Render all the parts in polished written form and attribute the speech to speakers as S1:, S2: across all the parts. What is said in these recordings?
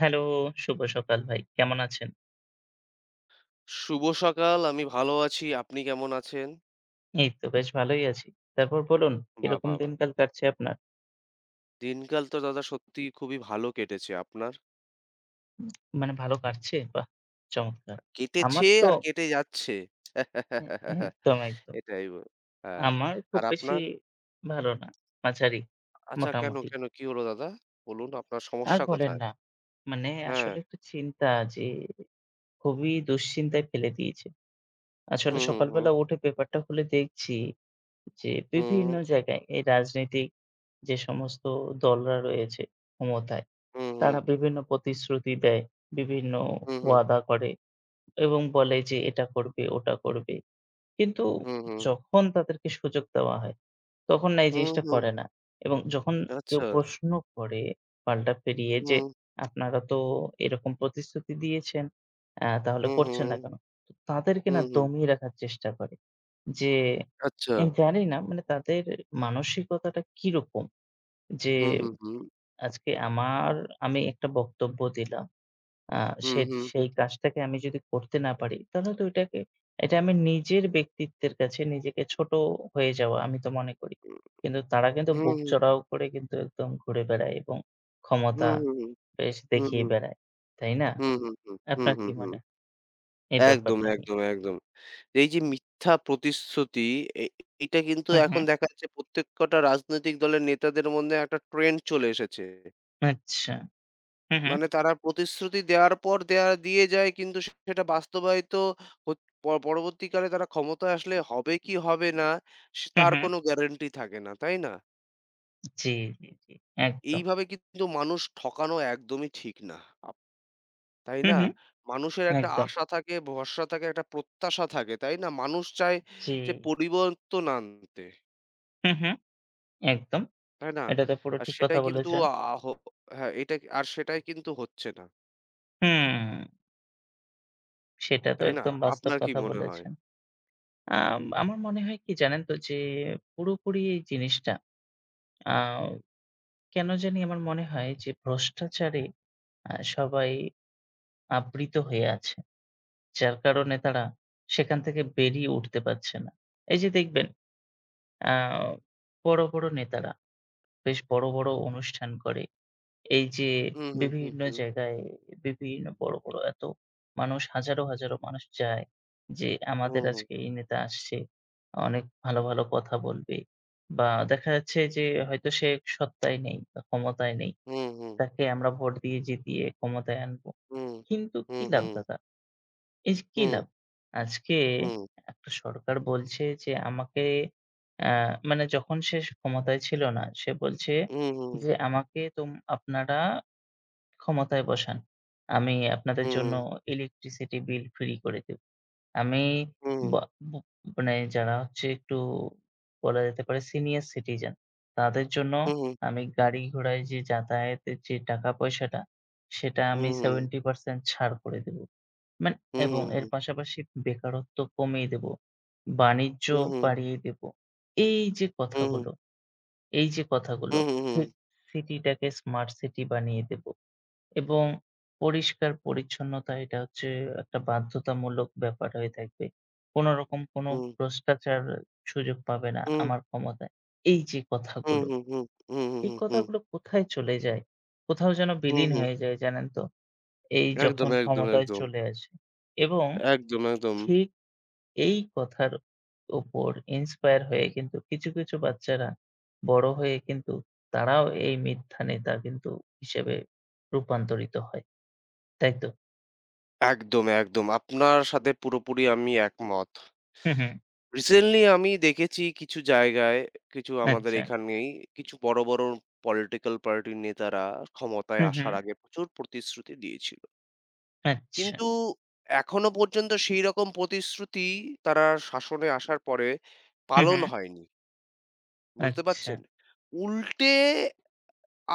S1: Hello, শুভ সকাল ভাই। কেমন আছেন?
S2: শুভ সকাল। আমি ভালো আছি। আপনি কেমন আছেন?
S1: এই তো বেশ ভালোই আছি। তারপর বলুন
S2: বাহ!
S1: কিরকম
S2: বাহ! বাহ!
S1: দিনকাল কাটছে আপনার?
S2: দিনকাল তো দাদা সত্যিই খুবই ভালো কেটেছে। আপনার?
S1: উম, মানে ভালো কাটছে? বাহ! চমৎকার।
S2: কেটেছে
S1: আমার তো
S2: আর কেটে যাচ্ছে।
S1: এ একদম, একদম।
S2: এটাই ব হ্যাঁ।
S1: আমার
S2: আর
S1: খুব বেশি
S2: আপনার?
S1: ভালো না। মাঝারি,
S2: আচ্ছা কেন,
S1: মোটামুটি।
S2: কেন? কি হলো দাদা? বলুন আপনার
S1: আর
S2: সমস্যা
S1: বলেন
S2: কোথায়?
S1: না। মানে
S2: হ্যাঁ।
S1: আসলে একটু চিন্তা যে খুবই দুশ্চিন্তায় ফেলে দিয়েছে। আসলে
S2: হুম, হুম, হুম।
S1: সকালবেলা উঠে পেপারটা খুলে দেখছি যে বিভিন্ন জায়গায় এই রাজনৈতিক যে সমস্ত দলরা রয়েছে ক্ষমতায়,
S2: হুম, হুম।
S1: তারা বিভিন্ন প্রতিশ্রুতি দেয়, বিভিন্ন
S2: হুম, হুম।
S1: ওয়াদা করে এবং বলে যে এটা করবে, ওটা করবে। কিন্তু
S2: হুম, হুম।
S1: যখন তাদেরকে সুযোগ দেওয়া হয়, তখন না এই
S2: হুম,
S1: জিনিসটা
S2: হুম।
S1: করে না। এবং যখন কেউ
S2: আচ্ছা।
S1: প্রশ্ন করে পাল্টা ফিরিয়ে যে,
S2: হুম,
S1: "আপনারা তো এরকম প্রতিশ্রুতি দিয়েছেন, তাহলে
S2: হুম,
S1: করছেন না
S2: হুম।
S1: কেন?" তো তাদেরকে না
S2: হুম, হুম।
S1: দমিয়ে রাখার চেষ্টা করে। যে
S2: আচ্ছা।
S1: আমি জানি না মানে তাদের মানসিকতাটা কিরকম? যে
S2: হুম, হুম, হুম।
S1: আজকে আমি একটা বক্তব্য দিলাম। আ
S2: হুম,
S1: সে
S2: হুম, হুম।
S1: সেই কাজটাকে আমি যদি করতে না পারি, তাহলে তো ওইটাকে এটা আমি নিজের ব্যক্তিত্বের কাছে নিজেকে ছোট হয়ে যাওয়া আমি তো মনে করি। কিন্তু তারা কিন্তু
S2: হুম,
S1: বুক
S2: হুম।
S1: চড়াও করে কিন্তু একদম ঘুরে বেড়ায় এবং
S2: হুম,
S1: ক্ষমতা
S2: হুম, হুম।
S1: বেশ
S2: হুম,
S1: দেখিয়ে
S2: হুম।
S1: বেড়ায়। তাই না?
S2: হুম, হুম, হুম, হুম,
S1: আপনার
S2: হুম,
S1: কি
S2: হুম।
S1: মনে হয় এই
S2: একদম,
S1: ব্যাপারটা নিয়ে?
S2: একদম, একদম। এই যে মিথ্যা প্রতিশ্রুতি, এ এটা কিন্তু
S1: হু, হু।
S2: এখন দেখা যাচ্ছে প্রত্যেক কটা রাজনৈতিক দলের নেতাদের মধ্যে একটা ট্রেন্ড চলে এসেছে।
S1: আচ্ছা। হু, হু।
S2: মানে তারা প্রতিশ্রুতি দেওয়ার পর দেয়া দিয়ে যায় কিন্তু সেটা বাস্তবায়িত হত পরবর্তীকালে তারা ক্ষমতায় আসলে হবে কি হবে না সে
S1: হু,
S2: তার
S1: হু।
S2: কোনো গ্যারান্টি থাকে না, তাই না?
S1: জি, জি, জি। একদম।
S2: এইভাবে কিন্তু মানুষ ঠকানো একদমই ঠিক না। তাই
S1: হু,
S2: না?
S1: হু।
S2: মানুষের একটা
S1: একদম।
S2: আশা থাকে, ভরসা থাকে, একটা প্রত্যাশা থাকে, তাই না? মানুষ চায়
S1: জি।
S2: যে পরিবর্তন আনতে,
S1: হু, হু। একদম।
S2: তাই না?
S1: এটা তো পুরো
S2: আর
S1: ঠিক কথা
S2: সেটাই কিন্তু
S1: বলেছেন।
S2: আ হ হ্যাঁ, এটা আর সেটাই কিন্তু হচ্ছে না,
S1: হুম, সেটা তো
S2: তাই না?
S1: একদম বাস্তব
S2: আপনার কি
S1: কথা
S2: মনে হয়?
S1: বলেছেন। আমার মনে হয় কি জানেন তো? যে পুরোপুরি এই জিনিসটা আ কেন জানি আমার মনে হয় যে ভ্রষ্টাচারে সবাই আবৃত হয়ে আছে। যার কারণে তারা সেখান থেকে বেরিয়ে উঠতে পারছে না। এই যে দেখবেন আ বড়, বড় নেতারা বেশ বড়, বড় অনুষ্ঠান করে। এই যে
S2: হুম, হুম, হুম,
S1: বিভিন্ন
S2: হুম,
S1: জায়গায় বিভিন্ন বড়, বড় এত মানুষ হাজারো, হাজারো মানুষ যায় যে
S2: হুম,
S1: আমাদের
S2: হুম,
S1: আজকে এই নেতা আসছে। অনেক ভালো, ভালো কথা বলবে বা দেখা যাচ্ছে যে হয়তো সে সত্তায় নেই বা ক্ষমতায় নেই।
S2: হুম, হুম,
S1: তাকে আমরা ভোট দিয়ে জিতিয়ে ক্ষমতায় আনবো। কিন্তু কি লাভ
S2: হুম,
S1: দাদা? এই যে কি
S2: হুম,
S1: লাভ? আজকে
S2: হুম,
S1: একটা সরকার বলছে যে আমাকে অ্যা মানে যখন সে ক্ষমতায় ছিল না, সে বলছে
S2: হুম,
S1: যে আমাকে তোম আপনারা ক্ষমতায় বসান। আমি আপনাদের
S2: হুম,
S1: জন্য
S2: হুম,
S1: ইলেকট্রিসিটি বিল ফ্রি করে দেব। আমি
S2: হুম,
S1: বা বু মানে যারা হচ্ছে একটু বলা যেতে পারে সিনিয়র সিটিজেন তাদের জন্য
S2: হুম, হুম,
S1: আমি গাড়ি ঘোড়ায় যে যাতায়াতের যে টাকা পয়সাটা সেটা আমি 70% ছাড় করে দেব। মানে
S2: হুম, হুম,
S1: এবং
S2: হুম, হুম, হুম,
S1: এর
S2: হুম, হুম,
S1: পাশাপাশি বেকারত্ব কমিয়ে দেব, বাণিজ্য বাড়িয়ে দেব। এই যে কথাগুলো এই যে কথাগুলো
S2: হুম, হুম, হুম, হুম,
S1: সি
S2: হুম,
S1: সিটিটাকে স্মার্ট সিটি বানিয়ে দেব। এবং পরিষ্কার-পরিচ্ছন্নতা এটা হচ্ছে একটা বাধ্যতামূলক ব্যাপার হয়ে থাকবে। কোনরকম কোন ভ্রষ্টাচার সুযোগ পাবে না
S2: হুম,
S1: আমার ক্ষমতায়। এই যে
S2: হুম,
S1: কথাগুলো,
S2: হুম, হুম,
S1: এই
S2: হুম,
S1: কথাগুলো কোথায় চলে যায়? কোথাও যেন বিলীন
S2: হুম।
S1: হয়ে যায় জানেন তো? এই
S2: একদম,
S1: যখন
S2: একদম,
S1: ক্ষমতায়
S2: একদম।
S1: চলে আসে এবং
S2: একদম, একদম।
S1: ঠিক এই কথার উপর ইন্সপায়ার হয়ে কিন্তু কিছু, কিছু বাচ্চারা বড় হয়ে কিন্তু তারাও এই মিথ্যা নেতা কিন্তু হিসেবে রূপান্তরিত হয়। তাই তো?
S2: একদম, একদম। আপনার সাথে পুরোপুরি আমি একমত।
S1: হু, হু।
S2: রিসেন্টলি আমি দেখেছি কিছু জায়গায়, কিছু আমাদের
S1: আচ্ছা।
S2: এখানেই কিছু বড়, বড় পলিটিক্যাল পার্টির নেতারা ক্ষমতায়
S1: হুম, হুম।
S2: আসার আগে প্রচুর প্রতিশ্রুতি দিয়েছিল।
S1: আচ্ছা।
S2: কিন্তু এখনো পর্যন্ত সেই রকম প্রতিশ্রুতি তারা শাসনে আসার পরে
S1: হুম,
S2: পালন
S1: হুম।
S2: হয়নি। বুঝতে
S1: আচ্ছা।
S2: পারছেন? উল্টে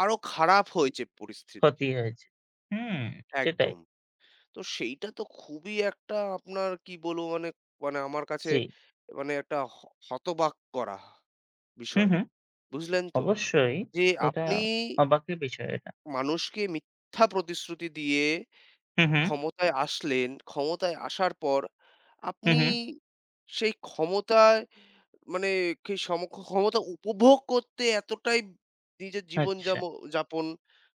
S2: আরো খারাপ হয়েছে পরিস্থিতি।
S1: ক্ষতি হয়েছে। হুম, সেটাই।
S2: একদম। তো সেইটা তো খুবই একটা আপনার কি বলবো মানে, মানে আমার কাছে
S1: জি।
S2: মানে একটা হতবাক করা
S1: হুম,
S2: বিষয়।
S1: হুম।
S2: বুঝলেন তো?
S1: অবশ্যই
S2: যে
S1: এটা
S2: আপনি
S1: অবাকের বিষয় এটা।
S2: মানুষকে মিথ্যা প্রতিশ্রুতি দিয়ে
S1: হুম, হুম।
S2: ক্ষমতায় আসলেন, ক্ষমতায় আসার পর
S1: হুম,
S2: আপনি
S1: হুম।
S2: সেই ক্ষমতায় মানে সেই সম ক্ষমতা উপভোগ করতে এতটাই নিজের জীবন
S1: আচ্ছা।
S2: যাম যাপন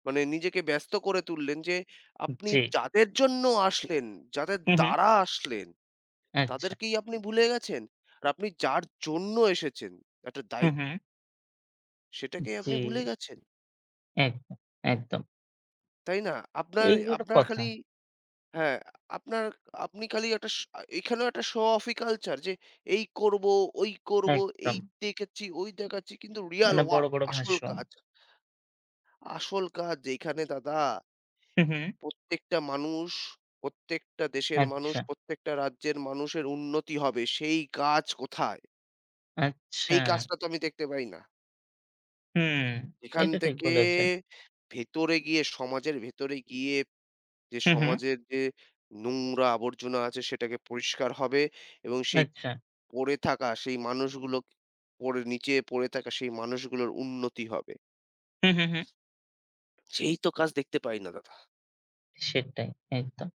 S2: মানে নিজেকে ব্যস্ত করে তুললেন যে আপনি
S1: জি।
S2: যাদের জন্য আসলেন, যাদের
S1: হুম, হুম।
S2: দ্বারা আসলেন
S1: আচ্ছা।
S2: তাদেরকেই আপনি ভুলে গেছেন। আর আপনি যার জন্য এসেছেন, একটা
S1: হুম,
S2: দায়িত্ব,
S1: হুম।
S2: সেটাকে
S1: জি।
S2: আপনি ভুলে গেছেন।
S1: একদম, একদম।
S2: তাই না? আপনার
S1: এই হলো
S2: আপনার
S1: কথা।
S2: খালি হ্যাঁ, আপনার আপনি খালি একটা এখানেও একটা শো অফি কালচার যে এই করব, ওই করব, এই
S1: একদম।
S2: দেখাচ্ছি, ওই দেখাচ্ছি। কিন্তু রিয়াল
S1: মানে বড়,
S2: ওয়ার্ক
S1: বড়
S2: আসল
S1: ভাষণ।
S2: কাজ। আসল কাজ যেখানে দাদা
S1: হুম, হুম।
S2: প্রত্যেকটা মানুষ, প্রত্যেকটা দেশের মানুষ,
S1: আচ্ছা,
S2: প্রত্যেকটা রাজ্যের মানুষের উন্নতি হবে। সেই কাজ কোথায়?
S1: আচ্ছা।
S2: সেই কাজটা তো আমি দেখতে পাই না।
S1: হুম,
S2: এখান
S1: এটা ঠিক
S2: থেকে
S1: বলেছেন।
S2: ভেতরে গিয়ে সমাজের ভেতরে গিয়ে যে
S1: হুম, হুম।
S2: সমাজের যে নোংরা আবর্জনা আছে সেটাকে পরিষ্কার হবে এবং সেই
S1: আচ্ছা।
S2: পড়ে থাকা সেই মানুষগুলো পড়ে নিচে পড়ে থাকা সেই মানুষগুলোর উন্নতি হবে।
S1: হুম, হুম, হুম।
S2: সেই তো কাজ দেখতে পাই না দাদা।
S1: সেটাই, একদম।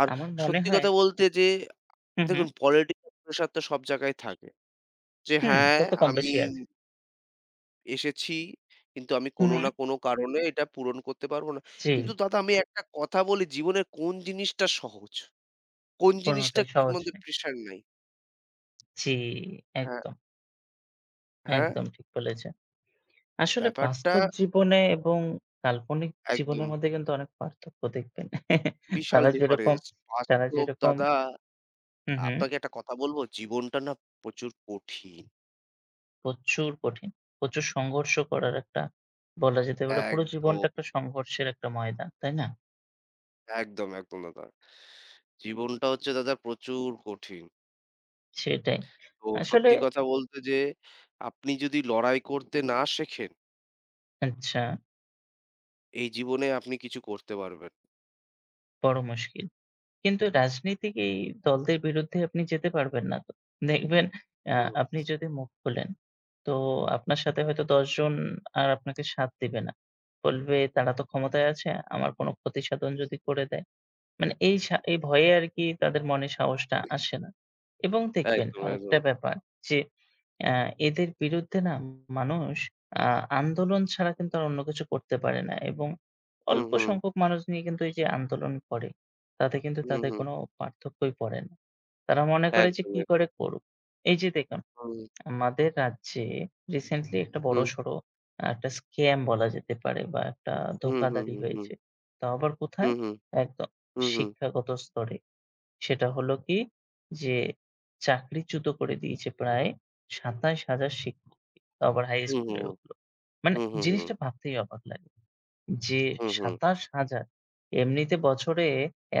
S2: আর
S1: আমার মনে
S2: সত্যি
S1: হয়।
S2: কথা বলতে যে
S1: হুম, হুম।
S2: দেখুন পলিটিক্যাল প্রেশার তো সব জায়গায় থাকে। যে
S1: হুম,
S2: হ্যাঁ,
S1: তা তো কম
S2: আমি
S1: বেশি আছে।
S2: এসেছি কিন্তু আমি
S1: হু,
S2: কোনো
S1: হু।
S2: না কোনো কারণে এটা পূরণ করতে পারব না।
S1: জি,
S2: কিন্তু দাদা আমি একটা কথা বলি জীবনের কোন জিনিসটা সহজ? কোন
S1: কোনটাই
S2: জিনিসটার
S1: সহজ
S2: মধ্যে
S1: নয়।
S2: প্রেশার নাই।
S1: জি,
S2: হ্যাঁ,
S1: একদম,
S2: হ্যাঁ,
S1: একদম ঠিক বলেছেন। আসলে
S2: ব্যাপারটা
S1: বাস্তব জীবনে এবং কাল্পনিক
S2: একদম
S1: জীবনের মধ্যে কিন্তু অনেক পার্থক্য দেখবেন।
S2: বিশাল
S1: তারা যেরকম
S2: ডিফারেন্স।
S1: তারা
S2: বাস্তব
S1: যেরকম
S2: দাদা
S1: হু, হু,
S2: আপনাকে একটা কথা বলবো, জীবনটা না প্রচুর কঠিন।
S1: প্রচুর কঠিন। প্রচুর সংঘর্ষ করার একটা বলা যেতে পারে পুরো
S2: একদম,
S1: জীবনটা একটা সংঘর্ষের একটা ময়দান, তাই না?
S2: একদম, একদম দাদা। জীবনটা হচ্ছে দাদা প্রচুর কঠিন।
S1: সেটাই।
S2: তো
S1: আসলে
S2: সত্যি কথা বলতে যে আপনি যদি লড়াই করতে না শেখেন,
S1: আচ্ছা
S2: এই জীবনে আপনি কিছু করতে পারবেন না।
S1: বড় মুশকিল। কিন্তু রাজনীতিক এই দলদের বিরুদ্ধে আপনি যেতে পারবেন না তো। দেখবেন, আ
S2: হুম,
S1: আপনি যদি মুখ খোলেন, তো আপনার সাথে হয়তো ১০ জন আর আপনাকে সাথ দিবে না। বলবে, "তারা তো ক্ষমতায় আছে, আমার কোনো ক্ষতিসাধন যদি করে দেয়।" মানে এই ভয়ে আরকি তাদের মনে সাহসটা আসে না। এবং দেখবেন
S2: একদম,
S1: আরেকটা
S2: একদম।
S1: ব্যাপার যে অ্যা এদের বিরুদ্ধে না মানুষ আ আন্দোলন ছাড়া কিন্তু আর অন্য কিছু করতে পারে না এবং
S2: হুম,
S1: অল্প
S2: হুম,
S1: সংখ্যক মানুষ নিয়ে কিন্তু এই যে আন্দোলন করে, তাতে কিন্তু
S2: হুম,
S1: তাদের
S2: হুম।
S1: কোনো পার্থক্যই পড়ে না। তারা মনে করে যে
S2: একদম,
S1: কি করে
S2: একদম।
S1: করুক। এই যে দেখুন
S2: হুম,
S1: আমাদের রাজ্যে রিসেন্টলি একটা
S2: হুম,
S1: বড়সড় একটা স্ক্যাম বলা যেতে পারে বা একটা
S2: হুম, হুম,
S1: ধোঁকাধড়ি
S2: হুম, হুম,
S1: হয়েছে। তাও আবার
S2: হুম,
S1: কোথায়?
S2: হুম,
S1: একদম
S2: হুম, হুম।
S1: শিক্ষাগত স্তরে। সেটা হলো কি? যে চাকরিচ্যুত করে দিয়েছে প্রায় ২৭,০০০ শিক্ষককে। তাও আবার হাই
S2: হুম, হুম,
S1: স্কুলের
S2: হুম।
S1: ওগুলো। মানে
S2: হুম, হুম,
S1: জিনিসটা ভাবতেই অবাক লাগে। জি,
S2: হুম।
S1: ২৭,০০০। এমনিতে বছরে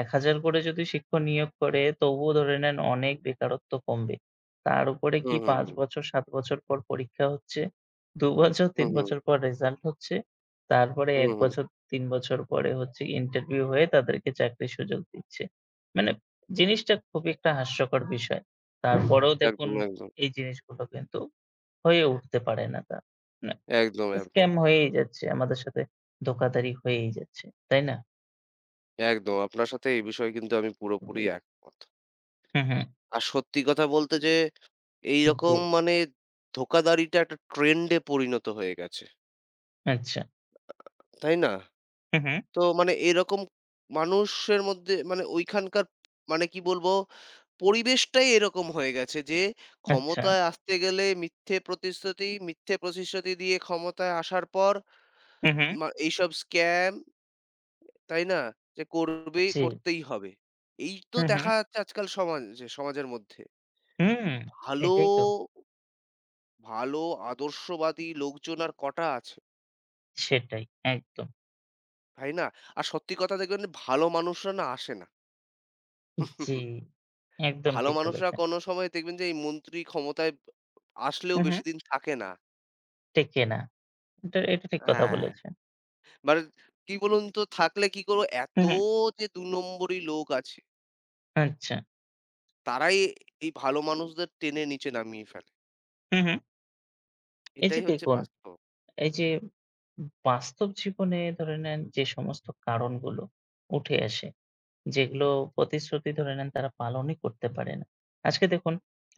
S1: ১,০০০ করে যদি শিক্ষক নিয়োগ করে তবুও ধরে নেন অনেক বেকারত্ব কমবে। তার উপরে কি
S2: হুম, হুম,
S1: ৫
S2: হুম।
S1: বছর ৭ বছর পর পরীক্ষা হচ্ছে, ২ বছর
S2: হুম,
S1: ৩
S2: হুম,
S1: বছর পর রেজাল্ট হচ্ছে, তারপরে
S2: হুম,
S1: ১
S2: হুম।
S1: বছর ৩ বছর পরে হচ্ছে ইন্টারভিউ হয়ে তাদেরকে চাকরির সুযোগ দিচ্ছে। মানে জিনিসটা খুবই একটা হাস্যকর বিষয়। তারপরেও দেখুন
S2: একদম, একদম।
S1: এই জিনিসগুলো কিন্তু হয়ে উঠতে পারে না, তা না
S2: একদম, একদম।
S1: স্ক্যাম হয়েই যাচ্ছে। আমাদের সাথে ধোঁকাধাড়ি হয়েই যাচ্ছে। তাই না?
S2: একদম। আপনার সাথে এই বিষয়ে কিন্তু আমি পুরোপুরি একমত।
S1: হুম, হুম।
S2: আর সত্যি কথা বলতে যে
S1: জি।
S2: এইরকম মানে ধোঁকাদারিটা একটা ট্রেন্ড এ পরিণত হয়ে গেছে।
S1: আচ্ছা।
S2: তাই না?
S1: হুম, হুম।
S2: তো মানে এরকম মানুষের মধ্যে মানে ওইখানকার মানে কি বলবো পরিবেশটাই এরকম হয়ে গেছে যে
S1: আচ্ছা।
S2: ক্ষমতায় আসতে গেলে মিথ্যে প্রতিশ্রুতি, মিথ্যে প্রতিশ্রুতি দিয়ে ক্ষমতায় আসার পর
S1: হুম, হুম।
S2: এইসব স্ক্যাম, তাই না? যে করবেই,
S1: জি।
S2: করতেই হবে। এই তো
S1: হুম, হুম।
S2: দেখা যাচ্ছে আজকাল সমাজে সমাজের মধ্যে।
S1: হুম।
S2: ভালো,
S1: এটাই তো।
S2: ভালো আদর্শবাদী লোকজন আর কটা আছে,
S1: সেটাই। একদম।
S2: তাই না? আর সত্যি কথা দেখবেন যে ভালো মানুষরা না আসে না।
S1: জি। একদম
S2: ভালো
S1: ঠিক
S2: মানুষরা
S1: বলেছেন।
S2: কোনো সময় দেখবেন যে এই মন্ত্রী ক্ষমতায় আসলেও
S1: হুম, হুম।
S2: বেশিদিন থাকে না।
S1: টেকে না। এটা, এটা ঠিক কথা
S2: হ্যাঁ,
S1: বলেছেন।
S2: মানে কি বলুন তো থাকলে কি করব এত
S1: হুম, হুম।
S2: যে ২ নম্বরি লোক আছে,
S1: আচ্ছা।
S2: তারাই এই ভালো মানুষদের টেনে নিচে নামিয়ে ফেলে।
S1: হুম, হুম। এই যে
S2: এটাই হচ্ছে
S1: দেখুন,
S2: বাস্তব।
S1: এই যে বাস্তব জীবনে ধরে নেন যে সমস্ত কারণগুলো উঠে আসে যেগুলো প্রতিশ্রুতি ধরে নেন তারা পালনই করতে পারে না। আজকে দেখুন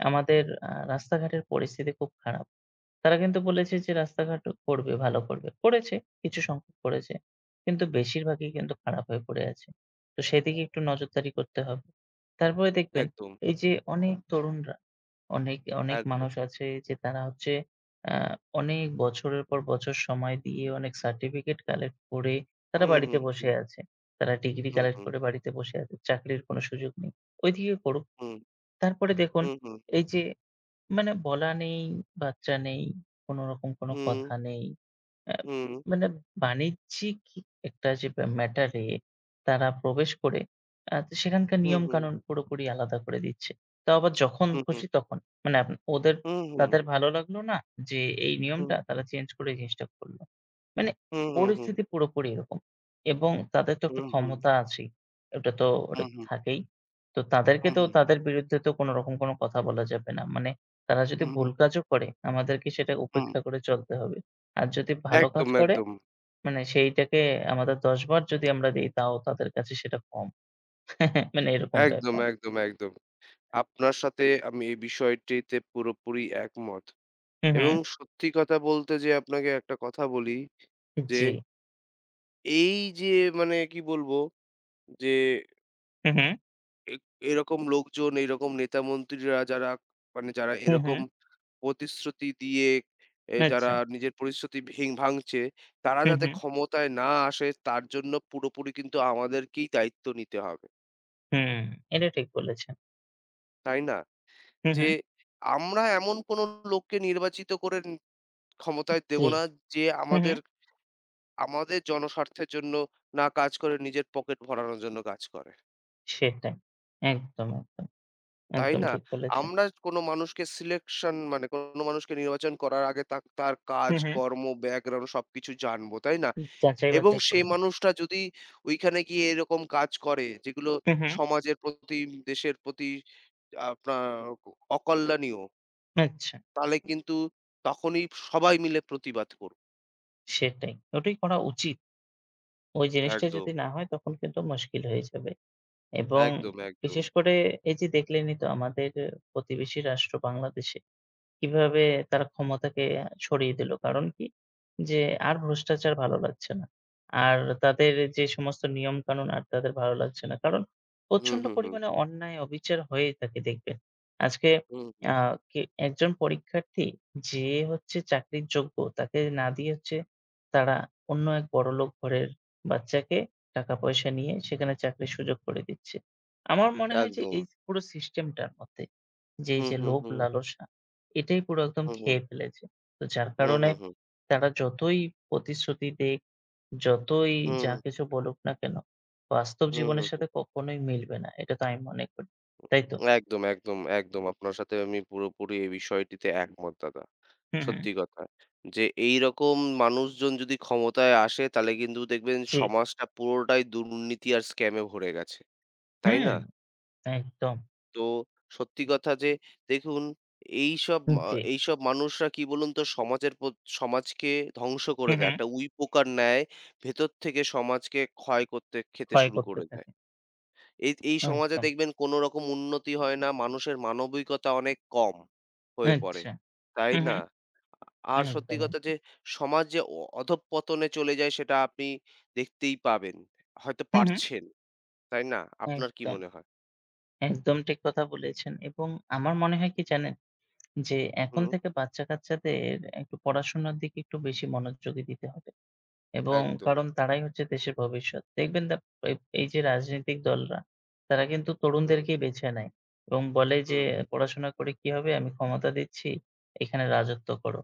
S1: আমাদের রাস্তাঘাটের পরিস্থিতি খুব খারাপ। তারা কিন্তু বলেছে যে রাস্তাঘাটও করবে, ভালো করবে। করেছে, কিছু সংখ্যক করেছে। কিন্তু বেশিরভাগই কিন্তু খারাপ হয়ে পড়ে আছে। তো সেদিকে একটু নজরদারি করতে হবে। তারপরে দেখবেন
S2: একদম,
S1: এই যে অনেক তরুণরা, অনেক, অনেক
S2: একদম।
S1: মানুষ আছে যে তারা হচ্ছে আ অনেক বছরের পর বছর সময় দিয়ে অনেক সার্টিফিকেট কালেক্ট করে তারা
S2: হুম,
S1: বাড়িতে
S2: হুম,
S1: বসে আছে। তারা ডিগ্রি
S2: হুম,
S1: কালেক্ট
S2: হুম,
S1: করে বাড়িতে বসে আছে। চাকরির কোনো সুযোগ নেই। ওইদিকে করুক।
S2: হুম,
S1: তারপরে দেখুন
S2: হুম, হুম,
S1: এই যে মানে বলা নেই, বাচ্চা নেই, কোনরকম কোনো
S2: হুম,
S1: কথা নেই। আ মানে বাণিজ্যিক একটা যে ম্যাটার এ তারা প্রবেশ করে। তো সেখানকার
S2: হুম, হুম, হুম,
S1: নিয়মকানুন পুরোপুরি আলাদা করে দিচ্ছে। তাও আবার যখন
S2: হুম,
S1: খুশি তখন। মানে আপ ওদের
S2: হুম, হুম,
S1: তাদের ভালো লাগলো না যে এই
S2: হুম,
S1: নিয়মটা তারা চেঞ্জ করে এই জিনিসটা করল। মানে
S2: হুম, হুম, হুম, হুম,
S1: পরিস্থিতি পুরোপুরি এরকম। এবং তাদের তো একটা
S2: হুম, হুম,
S1: ক্ষমতা আছেই। ওটা তো ওটা তো থাকেই। তো তাদেরকে
S2: হুম,
S1: তো তাদের বিরুদ্ধে তো কোন রকম কোন কথা বলা যাবে না। মানে তারা যদি
S2: হুম, হুম,
S1: ভুল কাজও করে আমাদেরকে সেটা
S2: হুম।
S1: উপেক্ষা করে চলতে হবে। আর যদি ভালো কাজ
S2: একদম,
S1: করে
S2: একদম,
S1: মানে সেইটাকে আমাদের ১০ বার যদি আমরা দেই তাও তাদের কাছে সেটা কম। মানে এরকম
S2: একদম,
S1: ব্যাপার।
S2: একদম, একদম। আপনার সাথে আমি এই বিষয়টিতে পুরোপুরি একমত
S1: হু, হু।
S2: এবং সত্যি কথা বলতে যে আপনাকে একটা কথা বলি যে
S1: জি।
S2: এই যে মানে কি বলবো যে
S1: হু, হু।
S2: এ এরকম লোকজন, এরকম নেতা মন্ত্রীরা যারা মানে যারা
S1: হু, হু।
S2: এরকম প্রতিশ্রুতি দিয়ে এ যারা
S1: আচ্ছা।
S2: নিজের প্রতিশ্রুতি ভাঙছে, তারা
S1: হু,
S2: যাতে
S1: হু।
S2: ক্ষমতায় না আসে তার জন্য পুরোপুরি কিন্তু আমাদেরকেই দায়িত্ব নিতে হবে।
S1: হুম, এটা ঠিক বলেছেন।
S2: তাই না?
S1: হু, হু।
S2: যে আমরা এমন কোনো লোককে নির্বাচিত করে ক্ষমতায় দেব
S1: জি।
S2: না যে
S1: হু, হু।
S2: আমাদের, আমাদের জনস্বার্থের জন্য না কাজ করে নিজের পকেট ভরানোর জন্য কাজ করে।
S1: সেটাই। একদম, একদম।
S2: তাই
S1: একদম
S2: না?
S1: ঠিক বলেছেন।
S2: আমরা কোনো মানুষকে সিলেকশন মানে কোনো মানুষকে নির্বাচন করার আগে তার কাজ,
S1: হু, হু।
S2: কর্ম, ব্যাকগ্রাউন্ড সবকিছু জানব। তাই না?
S1: যাচাই
S2: এবং
S1: বাছাই
S2: সেই
S1: করে নিই।
S2: মানুষটা যদি ওইখানে গিয়ে এরকম কাজ করে যেগুলো
S1: হু, হু।
S2: সমাজের প্রতি, দেশের প্রতি আপনার অকল্যাণীয়,
S1: আচ্ছা।
S2: তাহলে কিন্তু তখনই সবাই মিলে প্রতিবাদ করব।
S1: সেটাই। ওটাই করা উচিত। ওই জিনিসটা
S2: একদম,
S1: যদি না হয় তখন কিন্তু মুশকিল হয়ে যাবে। এবং
S2: একদম, একদম।
S1: বিশেষ করে এই যে দেখলেনই তো আমাদের প্রতিবেশী রাষ্ট্র বাংলাদেশ কিভাবে তারা ক্ষমতাকে সরিয়ে দিল। কারণ কি? যে আর ভ্রষ্টাচার ভালো লাগছে না। আর তাদের যে সমস্ত নিয়মকানুন আর তাদের ভালো লাগছে না। কারণ
S2: হুম,
S1: প্রচন্ড
S2: হুম, হুম,
S1: পরিমাণে অন্যায় অবিচার হয়েই থাকে দেখবেন। আজকে
S2: হুম, হুম।
S1: আ কে একজন পরীক্ষার্থী যে হচ্ছে চাকরির যোগ্য তাকে না দিয়ে হচ্ছে তারা অন্য এক বড়লোক ঘরের বাচ্চাকে টাকা পয়সা নিয়ে সেখানে চাকরির সুযোগ করে দিচ্ছে। আমার মনে হয় যে
S2: একদম।
S1: এই পুরো সিস্টেমটার মধ্যে যে এই
S2: হুম,
S1: যে
S2: হুম,
S1: লোভ
S2: হুম,
S1: লালসা এটাই পুরো একদম
S2: হুম, হুম,
S1: খেয়ে ফেলেছে। তো যার
S2: হুম,
S1: কারণে
S2: হুম, হুম,
S1: তারা যতই প্রতিশ্রুতি দিক, যতই
S2: হুম,
S1: যা কিছু বলুক না কেন, বাস্তব
S2: হুম,
S1: জীবনের
S2: হুম।
S1: সাথে কখনোই মিলবে না। এটা তো আমি মনে করি। তাই তো?
S2: একদম, একদম, একদম। আপনার সাথে আমি পুরোপুরি এই বিষয়টিতে একমত দাদা।
S1: হুম, হুম।
S2: সত্যি কথা। যে এইরকম মানুষজন যদি ক্ষমতায় আসে তাহলে কিন্তু দেখবেন
S1: জি।
S2: সমাজটা পুরোটাই দুর্নীতি আর স্ক্যামে ভরে গেছে। তাই
S1: হুম,
S2: না?
S1: একদম।
S2: তো সত্যি কথা যে দেখুন এইসব মা
S1: জি।
S2: এইসব মানুষরা কি বলুন তো সমাজের প্রত সমাজকে ধ্বংস করে
S1: হুম,
S2: দেয়।
S1: হুম।
S2: একটা উইপোকার ন্যায় ভেতর থেকে সমাজকে ক্ষয় করতে খেতে
S1: ক্ষয়
S2: শুরু
S1: করতে
S2: করে দেয়।
S1: থাকে।
S2: এই এই সমাজে
S1: একদম।
S2: দেখবেন কোনো রকম উন্নতি হয় না। মানুষের মানবিকতা অনেক কম হয়ে পড়ে।
S1: আচ্ছা।
S2: তাই
S1: হুম,
S2: না?
S1: হুম।
S2: আর
S1: একদম,
S2: সত্যি কথা যে
S1: একদম।
S2: সমাজ যে অধঃপতনে চলে যায় সেটা আপনি দেখতেই পাবেন। হয়তো
S1: হুম, হুম।
S2: পারছেন। তাই না? আপনার কি
S1: একদম।
S2: মনে হয়?
S1: একদম ঠিক কথা বলেছেন এবং আমার মনে হয় কি জানেন যে এখন
S2: হুম,
S1: থেকে বাচ্চা-কাচ্চাদের একটু পড়াশোনার দিকে একটু বেশি মনোযোগী দিতে হবে এবং
S2: একদম।
S1: কারণ তারাই হচ্ছে দেশের ভবিষ্যৎ। দেখবেন এই এই যে রাজনৈতিক দলরা, তারা কিন্তু
S2: হুম,
S1: তরুণদেরকেই বেছে নেয় এবং বলে যে,
S2: হুম, হুম।
S1: "পড়াশোনা করে কি হবে? আমি ক্ষমতা দিচ্ছি, এখানে রাজত্ব করো।"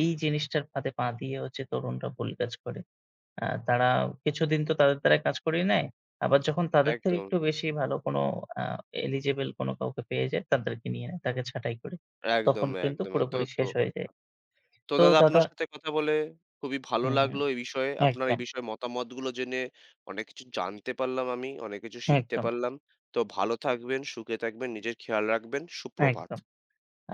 S1: এই জিনিসটার ফাঁদে পা দিয়ে হচ্ছে তরুণরা ভুল কাজ করে। তারা কিছুদিন তো তাদের দ্বারা কাজ করিয়ে নেয়। আবার যখন তাদের থেকে
S2: একদম,
S1: একটু বেশি ভালো কোনো আ এলিজিবল কোনো কাউকে পেয়ে যায়, তাদেরকে নিয়ে নেয়, তাকে ছাঁটাই করে।
S2: একদম,
S1: তখন কিন্তু
S2: একদম। তো
S1: পুরোপুরি
S2: তো
S1: শেষ হয়ে যায়।
S2: তো
S1: তো
S2: দাদা
S1: দাদা
S2: আপনার সাথে কথা বলে খুবই ভালো
S1: হুম, হুম।
S2: লাগলো এই বিষয়ে। আপনার এই
S1: একদম,
S2: বিষয়ে মতামতগুলো জেনে অনেক কিছু জানতে পারলাম আমি, অনেক কিছু শিখতে
S1: একদম,
S2: পারলাম। তো ভালো থাকবেন, সুখে থাকবেন, নিজের খেয়াল রাখবেন। সুপ্রভাত।
S1: একদম।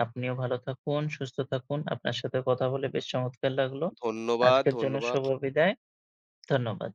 S1: আপনিও ভালো থাকুন, সুস্থ থাকুন। আপনার সাথে কথা বলে বেশ চমৎকার লাগলো।
S2: ধন্যবাদ,
S1: আজকের জন্য
S2: ধন্যবাদ।
S1: শুভ বিদায়। ধন্যবাদ।